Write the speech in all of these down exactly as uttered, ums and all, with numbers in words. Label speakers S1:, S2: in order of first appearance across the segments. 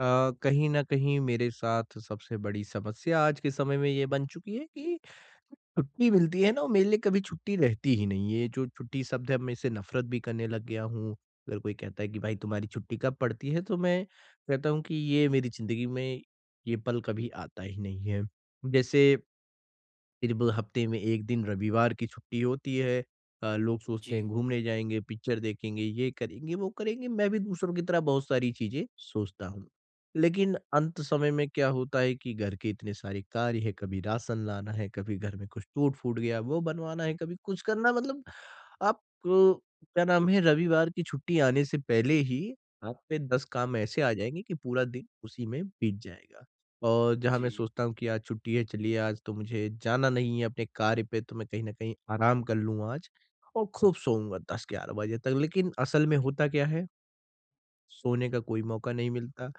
S1: अ, कहीं न कहीं मेरे साथ सबसे बड़ी समस्या आज के समय में ये बन चुकी है कि छुट्टी मिलती है ना, वो मेरे लिए कभी छुट्टी रहती ही नहीं है। ये जो छुट्टी शब्द है, मैं इससे नफ़रत भी करने लग गया हूँ। अगर कोई कहता है कि भाई तुम्हारी छुट्टी कब पड़ती है? तो मैं कहता हूँ कि ये मेरी ज़िंदगी में ये पल कभी आता ही नहीं है। जैसे फिर ब हफ्ते में एक दिन रविवार की छुट्टी होती है। अ, लोग सोचते हैं
S2: जी,
S1: घूमने जाएँगे, पिक्चर देखेंगे, ये करेंगे, वो करेंगे, मैं भी दूसरों की तरह बहुत सारी चीज़ें सोचता हूँ। लेकिन अंत समय में क्या होता है कि घर के इतने सारे कार्य हैं, कभी राशन लाना है, कभी घर में कुछ टूट-फूट गया वो बनवाना है, कभी कुछ करना मतलब आप, अ, क्या नाम है, रविवार की छुट्टी आने से पहले ही पे दस काम ऐसे आ जाएँगे कि पूरा दिन उसी में बीत जाएगा। और जहाँ मैं
S2: जी।
S1: सोचता हूँ कि आज छुट्टी है, चलिए आज तो मुझे जाना नहीं है अपने कार्य पे, तो मैं कहीं न कहीं आराम कर लूँ आज और खूब सोऊँगा दस ग्यारह बजे तक। लेकिन असल में होता क्या है, सोने का कोई मौका नहीं मिलता।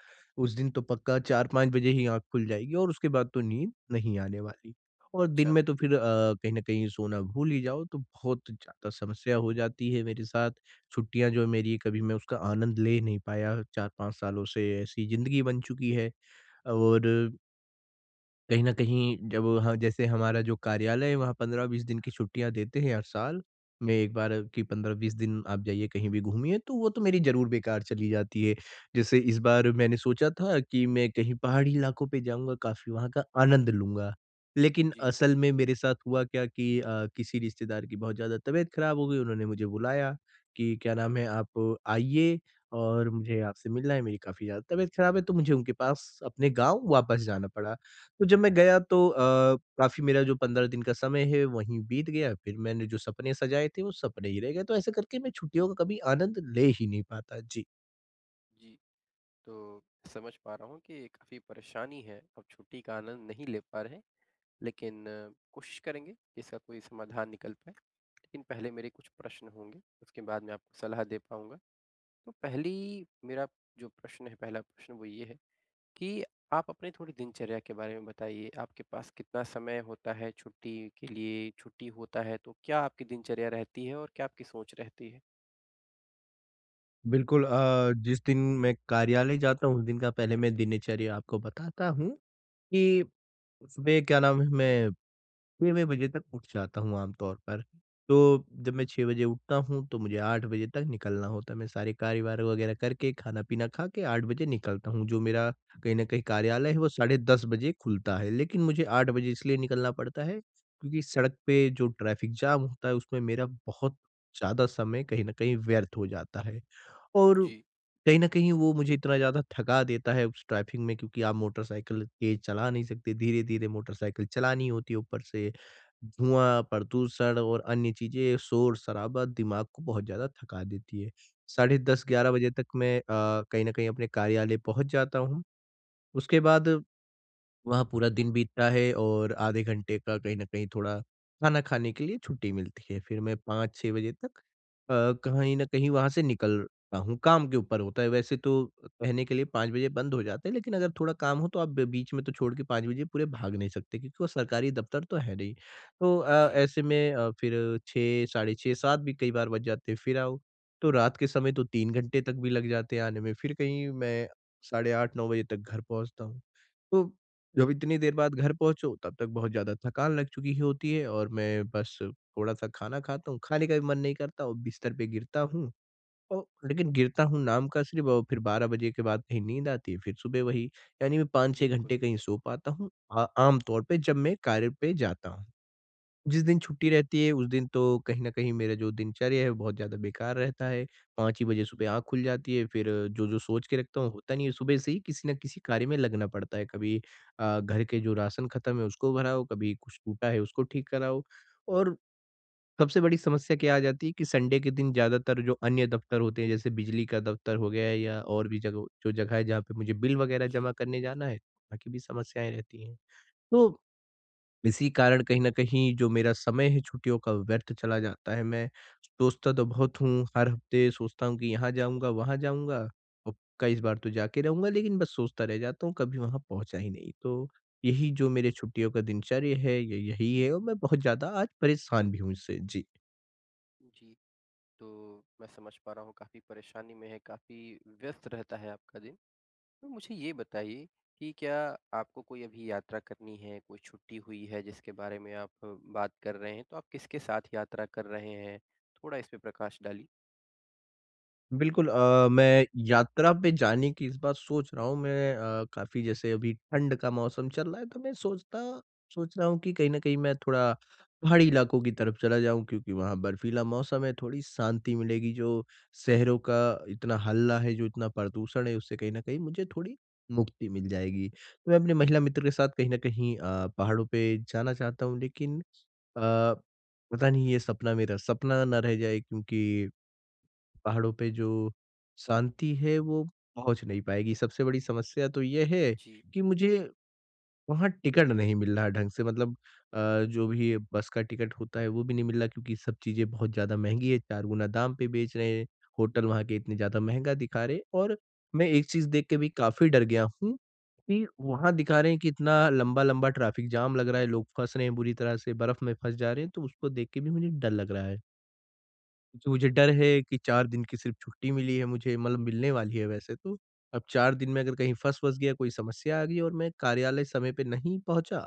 S1: उस दिन तो पक्का चार पाँच बजे ही आँख खुल जाएगी और उसके बाद तो नींद नहीं आने वाली। और दिन
S2: अच्छा,
S1: में तो फिर अ, कहीं न कहीं सोना भूल ही जाओ तो बहुत ज़्यादा समस्या हो जाती है मेरे साथ। छुट्टियाँ जो है मेरी, कभी मैं उसका आनंद ले नहीं पाया, चार पाँच सालों से ऐसी ज़िंदगी बन चुकी है। और कहीं न कहीं जब हाँ, जैसे हमारा जो कार्यालय है वहाँ पंद्रह बीस दिन की छुट्टियाँ देते हैं हर साल, में एक बार कि पंद्रह बीस दिन आप जाइए कहीं भी घूमिए, तो वो तो मेरी ज़रूर बेकार चली जाती है। जैसे इस बार मैंने सोचा था कि मैं कहीं पहाड़ी इलाकों पे जाऊँगा, काफ़ी वहाँ का आनंद लूँगा। लेकिन
S2: जी,
S1: असल में मेरे साथ हुआ क्या कि अ, किसी रिश्तेदार की बहुत ज़्यादा तबीयत खराब हो गई, उन्होंने मुझे बुलाया कि क्या नाम है आप आइए, और मुझे आपसे मिलना है, मेरी काफ़ी ज़्यादा तबीयत खराब है, तो मुझे उनके पास अपने गाँव वापस जाना पड़ा। तो जब मैं गया तो अ, काफ़ी मेरा जो पंद्रह दिन का समय है वहीं बीत गया, फिर मैंने जो सपने सजाए थे वो सपने ही रह गए, तो ऐसे करके मैं छुट्टियों का कभी आनंद ले ही नहीं पाता। जी।
S2: जी। तो समझ पा रहा हूँ कि काफ़ी परेशानी है, आप छुट्टी का आनंद नहीं ले पा रहे हैं, लेकिन अ, कोशिश करेंगे कि इसका कोई समाधान निकल पाए। लेकिन पहले मेरे कुछ प्रश्न होंगे, उसके बाद मैं आपको सलाह दे पाऊँगा। तो पहली मेरा जो प्रश्न है, पहला प्रश्न वो ये है कि आप अपनी थोड़ी दिनचर्या के बारे में बताइए। आपके पास कितना समय होता है छुट्टी के लिए? छुट्टी होता है तो क्या आपकी दिनचर्या रहती है और क्या आपकी सोच रहती है?
S1: बिल्कुल, अ, जिस दिन मैं कार्यालय जाता हूँ उस दिन का पहले मैं दिनचर्या आपको बताता हूँ, कि सुबह क्या नाम है मैं छह बजे तक उठ जाता हूँ आमतौर पर। तो जब मैं छह बजे उठता हूँ तो मुझे आठ बजे तक निकलना होता है। मैं सारे कार्य-वार वगैरह करके, खाना-पीना खा के आठ बजे निकलता हूँ। जो मेरा कहीं न कहीं कार्यालय है वो साढ़े दस बजे खुलता है। लेकिन मुझे आठ बजे इसलिए निकलना पड़ता है क्योंकि सड़क पे जो ट्रैफिक जाम होता है उसमें मेरा बहुत ज़्यादा समय कहीं न कहीं व्यर्थ हो जाता है। और
S2: जी,
S1: कहीं न कहीं वो मुझे इतना ज़्यादा थका देता है उस ट्रैफिक में, क्योंकि आप मोटरसाइकिल तेज़ चला नहीं सकते, धीरे-धीरे मोटरसाइकिल चलानी होती है ऊपर से। धुआँ, प्रदूषण और अन्य चीज़ें, शोर-शराबा दिमाग को बहुत ज़्यादा थका देती है। साढ़े दस ग्यारह बजे तक मैं अ, कहीं न कहीं अपने कार्यालय पहुँच जाता हूँ। उसके बाद वहाँ पूरा दिन बीतता है और आधे घंटे का कहीं न कहीं थोड़ा खाना खाने के लिए छुट्टी मिलती है। फिर मैं पाँच छह बजे तक अ, कहीं न कहीं वहाँ से निकलता हूँ, काम के ऊपर होता है। वैसे तो कहने के लिए पाँच बजे बंद हो जाता है, लेकिन अगर थोड़ा काम हो तो आप ब बीच में तो छोड़ के पाँच बजे पूरे भाग नहीं सकते क्योंकि वो सरकारी दफ़्तर तो है नहीं। तो अ,
S2: जी,
S1: ऐसे में अ, फिर छह साढ़े छह सात भी कई बार बज जाते हैं, फिर आओ। तो रात के समय तो तीन घंटे तक भी लग जाते हैं आने में, फिर कहीं मैं साढ़े आठ नौ बजे तक घर पहुँचता हूँ। तो जब इतनी देर बाद घर पहुँचो तब तक बहुत ज़्यादा थकान लग चुकी होती है, और मैं बस थोड़ा-सा खाना खाता हूँ, खाने का भी मन नहीं करता और बिस्तर पे गिरता हूँ, औ लेकिन गिरता हूँ नाम का सिर्फ़, और फिर बारह बजे के बाद कहीं नींद आती है, फिर सुबह वही, यानी मैं पाँच छह घंटे
S2: बिल्कुल।
S1: कहीं सो पाता हूँ। अ, आम तौर पे जब मैं कार्य पे जाता हूँ। जिस दिन छुट्टी रहती है, उस दिन तो कहीं न कहीं मेरा जो दिनचर्या है, वो बहुत ज़्यादा बेकार रहता है। पाँच ही बजे सुबह आँख खुल जाती है, फिर जो-जो सोच के रखता हूँ, होता नहीं है। सुबह से ही किसी न किसी कार्य में लगना पड़ता है। कभी अ, घर के जो राशन ख़त्म है, उसको भराओ, कभी कुछ टूटा है, उसको ठीक कराओ, और सबसे बड़ी समस्या क्या आ जाती है कि संडे के दिन ज़्यादातर जो अन्य दफ़्तर होते हैं, जैसे बिजली का दफ़्तर हो गया है या और भी जगह, जो जगह है, जहाँ पे मुझे बिल वग़ैरह जमा
S2: जी,
S1: करने जाना है, वहाँ की भी समस्याएँ रहती हैं। तो इसी कारण कहीं न कहीं जो मेरा समय है छुट्टियों का व्यर्थ चला जाता है। मैं सोचता तो बहुत हूँ, हर हफ्ते सोचता हूँ कि यहाँ जाऊँगा, वहाँ जाऊँगा, और पक्का इस बार तो जाके रहूँगा, लेकिन बस सोचता रह जाता हूँ, कभी वहाँ पहुँचा ही नहीं। तो यही जो मेरे छुट्टियों का दिनचर्या है, य यही है, और मैं बहुत ज़्यादा आज परेशान भी हूँ इससे। जी।
S2: जी। तो मैं समझ पा रहा हूँ, काफ़ी परेशानी में है, काफ़ी व्यस्त रहता है आपका दिन। तो मुझे ये बताइए कि क्या आपको कोई अभी यात्रा करनी है, कोई छुट्टी हुई है जिसके बारे में आप बात कर रहे हैं, तो आप किसके साथ यात्रा कर रहे हैं? थोड़ा इस पे प्रकाश डालिए।
S1: बिल्कुल, अ, मैं यात्रा पे जाने की इस बार सोच रहा हूँ। मैं, अ, काफ़ी, जैसे अभी ठंड का मौसम चल रहा है तो मैं सोचता सोच रहा हूँ कि कहीं न कहीं मैं थोड़ा पहाड़ी इलाकों की तरफ चला जाऊँ, क्योंकि वहाँ बर्फीला मौसम है, थोड़ी शांति मिलेगी। जो शहरों का इतना हल्ला है, जो इतना प्रदूषण है उससे कहीं न कहीं मुझे थोड़ी मुक्ति मिल जाएगी। तो मैं अपने महिला मित्र के साथ कहीं न कहीं अ, पहाड़ों पे जाना चाहता हूँ, लेकिन अ, पता नहीं ये सपना मेरा सपना ना रह जाए, क्योंकि पहाड़ों पे जो शांति है वो पहुँच नहीं पाएगी। सबसे बड़ी समस्या तो ये है
S2: जी,
S1: कि मुझे वहाँ टिकट नहीं मिल रहा ढंग से, मतलब अ, जो भी बस का टिकट होता है वो भी नहीं मिल रहा, क्योंकि सब चीज़ें बहुत ज़्यादा महँगी है, चार गुना दाम पे बेच रहे हैं, होटल वहाँ के इतने ज़्यादा महँगा दिखा रहे हैं, और मैं एक चीज़ देख के भी काफ़ी डर गया हूँ कि वहाँ दिखा रहे हैं कि इतना लंबा-लंबा ट्रैफिक जाम लग रहा है, लोग फँस रहे हैं, बुरी तरह से बर्फ़ में फँस जा रहे हैं, तो उसको देख के भी मुझे डर लग रहा है। क्योंकि मुझे डर है कि चार दिन की सिर्फ़ छुट्टी मिली है मुझे, मतलब मिलने वाली है वैसे तो। अब चार दिन में अगर कहीं फँस-वस गया, कोई समस्या आ गई और मैं कार्यालय समय पे नहीं पहुँचा,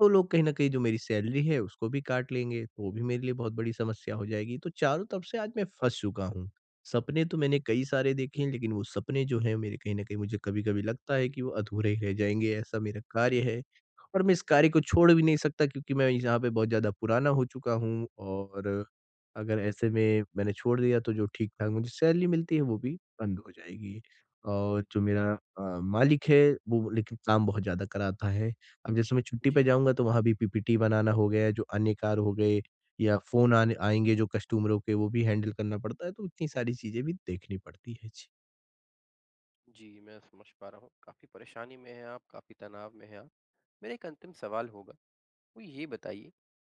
S1: तो लोग कहीं न कहीं जो मेरी सैलरी है उसको भी काट लेंगे, तो वो भी मेरे लिए बहुत बड़ी समस्या हो जाएगी। तो चारों तरफ से आज मैं फँस चुका हूँ। सपने तो मैंने कई सारे देखे हैं, लेकिन वो सपने जो हैं मेरे, कहीं न कहीं मुझे कभी-कभी लगता है कि वो अधूरे ही रह जाएँगे, ऐसा मेरा कार्य है। और मैं इस कार्य को छोड़ भी नहीं सकता, क्योंकि मैं यहाँ पे बहुत ज़्यादा पुराना हो चुका हूँ, और अगर ऐसे में मैंने छोड़ दिया तो जो ठीक-ठाक मुझे सैलरी मिलती है वो भी बंद हो जाएगी। और जो मेरा अ, मालिक है वो लेकिन काम बहुत ज़्यादा कराता है। अब जैसे मैं छुट्टी पे
S2: जी,
S1: जाऊँगा तो वहाँ भी पीपीटी बनाना हो गया, जो अन्य कार्य हो गए, या फ़ोन आने आएँगे जो कस्टमरों के, वो भी हैंडल करना पड़ता है, तो इतनी सारी चीज़ें भी देखनी पड़ती है। जी।
S2: जी, मैं समझ पा रहा हूँ। काफ़ी परेशानी में हैं आप, काफ़ी तनाव में हैं आप। मेरा एक अंतिम सवाल होगा, तो ये बताइए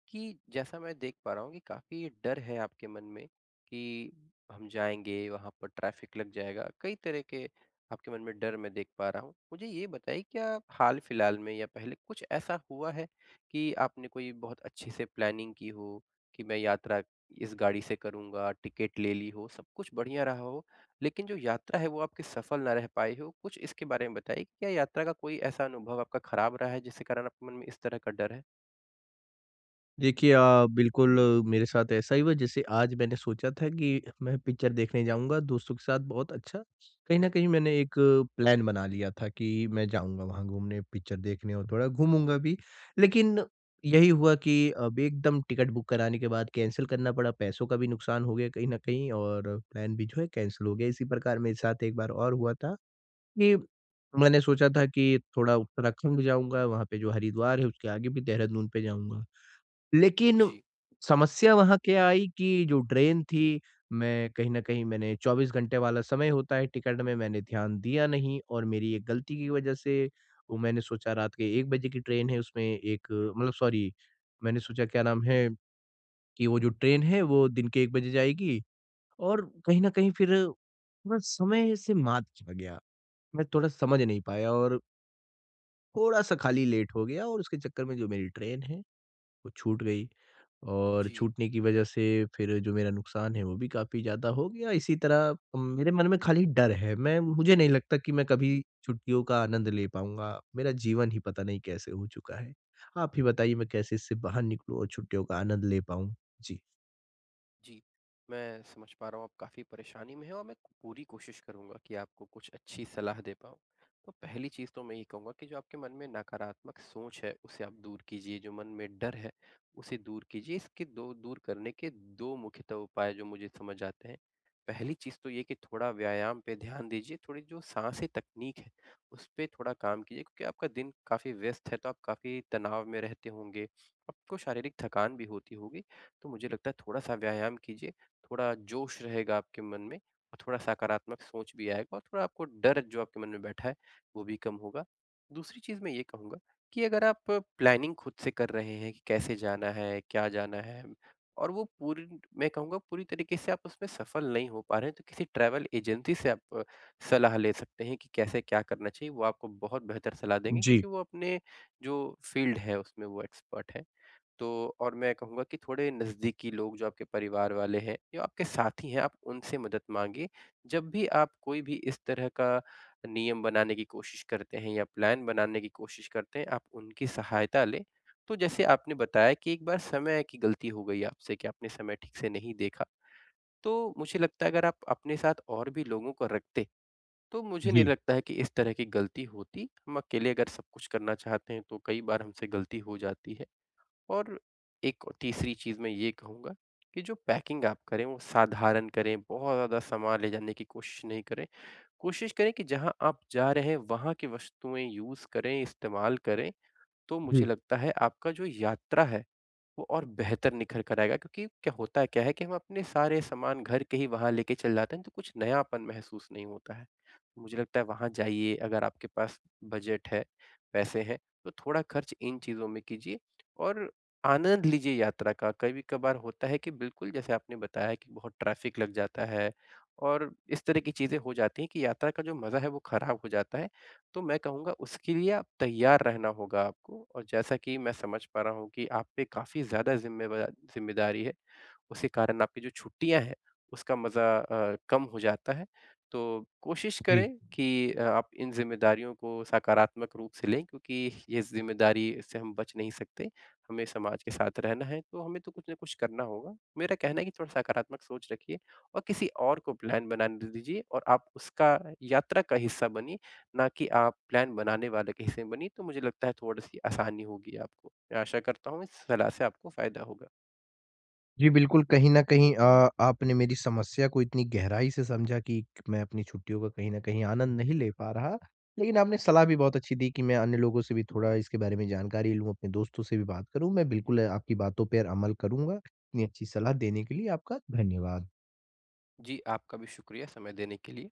S2: कि जैसा मैं देख पा रहा हूँ कि काफ़ी डर है आपके मन में कि हम जाएँगे, वहाँ पर ट्रैफ़िक लग जाएगा, कई तरह के आपके मन में डर मैं देख पा रहा हूँ। मुझे ये बताइए, क्या हाल-फिलहाल में या पहले कुछ ऐसा हुआ है कि आपने कोई बहुत अच्छे से प्लानिंग की हो कि मैं यात्रा इस गाड़ी से करूँगा, टिकट ले ली हो, सब कुछ बढ़िया रहा हो, लेकिन जो यात्रा है वो आपकी सफल ना रह पाई हो? कुछ इसके बारे में बताइए, क्या यात्रा का कोई ऐसा अनुभव आपका खराब रहा है जिसके कारण आपके मन में इस तरह का डर है?
S1: देखिए, अ, बिल्कुल, आ, मेरे साथ ऐसा ही हुआ, जैसे आज मैंने सोचा था कि मैं पिक्चर देखने जाऊँगा दोस्तों के साथ, बहुत अच्छा। कहीं न कहीं मैंने एक प्लान बना लिया था कि मैं जाऊँगा वहाँ घूमने, पिक्चर देखने और थोड़ा घूमूँगा भी। लेकिन यही हुआ कि अब एकदम टिकट बुक कराने के बाद कैंसल करना पड़ा, पैसों का भी नुकसान हो गया कहीं न कहीं, और प्लान भी जो है कैंसल हो गया। इसी प्रकार मेरे साथ एक बार और हुआ था कि मैंने सोचा था कि थोड़ा उत्तराखंड जाऊँगा, वहाँ पे जो हरिद्वार है उसके आगे भी देहरादून पे जाऊँगा। लेकिन
S2: जी,
S1: समस्या वहाँ क्या आई कि जो ट्रेन थी, मैं कहीं न कहीं, मैंने चौबीस घंटे वाला समय होता है टिकट में, मैंने ध्यान दिया नहीं, और मेरी एक गलती की वज़ह से वो मैंने सोचा रात के एक बजे की ट्रेन है उसमें एक, मतलब सॉरी, मैंने सोचा क्या नाम है कि वो जो ट्रेन है वो दिन के एक बजे जाएगी, और कहीं न कहीं फिर थोड़ा समय से मात खा गया। मैं थोड़ा समझ नहीं पाया और थोड़ा-सा खाली लेट हो गया, और उसके चक्कर में जो मेरी ट्रेन है, वो छूट गई। और
S2: जी,
S1: छूटने की वज़ह से फिर जो मेरा नुकसान है वो भी काफ़ी ज़्यादा हो गया। इसी तरह अम, मेरे मन में खाली डर है। मैं मुझे नहीं लगता कि मैं कभी छुट्टियों का आनंद ले पाऊँगा। मेरा जीवन ही पता नहीं कैसे हो चुका है। आप ही बताइए, मैं कैसे इससे बाहर निकलूँ और छुट्टियों का आनंद ले पाऊँ? जी।
S2: जी। मैं समझ पा रहा हूँ आप काफ़ी परेशानी में हैं और मैं पूरी कोशिश करूँगा कि आपको कुछ अच्छी सलाह दे पाऊँ। तो पहली चीज़ तो मैं ये कहूँगा कि जो आपके मन में नकारात्मक सोच है, उसे आप दूर कीजिए, जो मन में डर है, उसे दूर कीजिए। इसके दो दूर करने के दो मुख्यतः उपाय जो मुझे समझ आते हैं। पहली चीज़ तो ये कि थोड़ा व्यायाम पे ध्यान दीजिए, थोड़ी जो साँसें तकनीक है, उस पे थोड़ा काम कीजिए, क्योंकि आपका दिन काफ़ी व्यस्त है, तो आप काफ़ी तनाव में रहते होंगे, आपको शारीरिक थकान भी होती होगी। तो मुझे लगता है, थोड़ा-सा व्यायाम कीजिए, थोड़ा जोश रहेगा आपके मन में और थोड़ा सकारात्मक सोच भी आएगा और थोड़ा आपको डर जो आपके मन में बैठा है, वो भी कम होगा। दूसरी चीज़ मैं ये कहूँगा कि अगर आप प्लानिंग खुद से कर रहे हैं कि कैसे जाना है, क्या जाना है और वो पूरी मैं कहूँगा, पूरी तरीके से आप उसमें सफल नहीं हो पा रहे हैं, तो किसी ट्रैवल एजेंसी से आप अ, सलाह ले सकते हैं कि कैसे क्या करना चाहिए, वो आपको बहुत बेहतर सलाह देंगे,
S1: जी,
S2: क्योंकि वो अपने जो फ़ील्ड है उसमें वो एक्सपर्ट है। तो और मैं कहूँगा कि थोड़े नज़दीकी लोग जो आपके परिवार वाले हैं या आपके साथी हैं, आप उनसे मदद माँगिए। जब भी आप कोई भी इस तरह का नियम बनाने की कोशिश करते हैं या प्लान बनाने की कोशिश करते हैं, आप उनकी सहायता लें। तो जैसे आपने बताया कि एक बार समय की गलती हो गई आपसे कि आपने समय ठीक से नहीं देखा। तो मुझे लगता है, अगर आप अपने साथ और भी लोगों को रखते, तो मुझे नहीं
S1: जी,
S2: लगता है कि इस तरह की गलती होती। हम अकेले अगर सब कुछ करना चाहते हैं, तो कई बार हमसे गलती हो जाती है। और एक तीसरी चीज़ मैं ये कहूँगा कि जो पैकिंग आप करें वो साधारण करें, बहुत ज़्यादा सामान ले जाने की कोशिश नहीं करें। कोशिश करें कि जहाँ आप जा रहे हैं वहाँ की वस्तुएँ यूज़ करें, इस्तेमाल करें, तो मुझे
S1: जी,
S2: लगता है आपका जो यात्रा है वो और बेहतर निखर कर आएगा, क्योंकि क्या होता है क्या है कि हम अपने सारे सामान घर के ही वहाँ लेके चले जाते हैं, तो कुछ नयापन महसूस नहीं होता है। मुझे लगता है वहाँ जाइए, अगर आपके पास बजट है, पैसे हैं, तो थोड़ा खर्च इन चीज़ों में कीजिए और आनंद लीजिए यात्रा का। कभी-कभार होता है कि बिल्कुल जैसे आपने बताया कि बहुत ट्रैफ़िक लग जाता है और इस तरह की चीज़ें हो जाती हैं कि यात्रा का जो मज़ा है वो ख़राब हो जाता है। तो मैं कहूँगा, उसके लिए आप तैयार रहना होगा आपको, और जैसा कि मैं समझ पा रहा हूँ कि आप पे काफ़ी ज़्यादा ज़िम्मेवा ज़िम्मेदारी है, उसी कारण आपकी जो छुट्टियाँ हैं, उसका मज़ा अ, कम हो जाता है। तो कोशिश
S1: जी।
S2: करें कि अ, आप इन ज़िम्मेदारियों को सकारात्मक रूप से लें, क्योंकि ये ज़िम्मेदारी से हम बच नहीं सकते। हमें समाज के साथ रहना है, तो हमें तो कुछ न कुछ करना होगा। मेरा कहना है कि थोड़ा सकारात्मक सोच रखिए और किसी और को प्लान बनाने दीजिए, और आप उसका यात्रा का हिस्सा बनिए, ना कि आप प्लान बनाने वाले के हिस्से में बनिए, तो मुझे लगता है थोड़ी-सी आसानी होगी आपको। मैं आशा करता हूँ इस सलाह से आपको फ़ायदा होगा।
S1: जी, बिल्कुल, कहीं न कहीं अ, आपने मेरी समस्या को इतनी गहराई से समझा कि मैं अपनी छुट्टियों का कहीं न कहीं आनंद नहीं ले पा रहा। लेकिन आपने सलाह भी बहुत अच्छी दी कि मैं अन्य लोगों से भी थोड़ा इसके बारे में जानकारी लूँ, अपने दोस्तों से भी बात करूँ। मैं बिल्कुल, आ, आपकी बातों पर अमल करूँगा। इतनी अच्छी सलाह देने के लिए आपका धन्यवाद।
S2: जी, आपका भी शुक्रिया समय देने के लिए।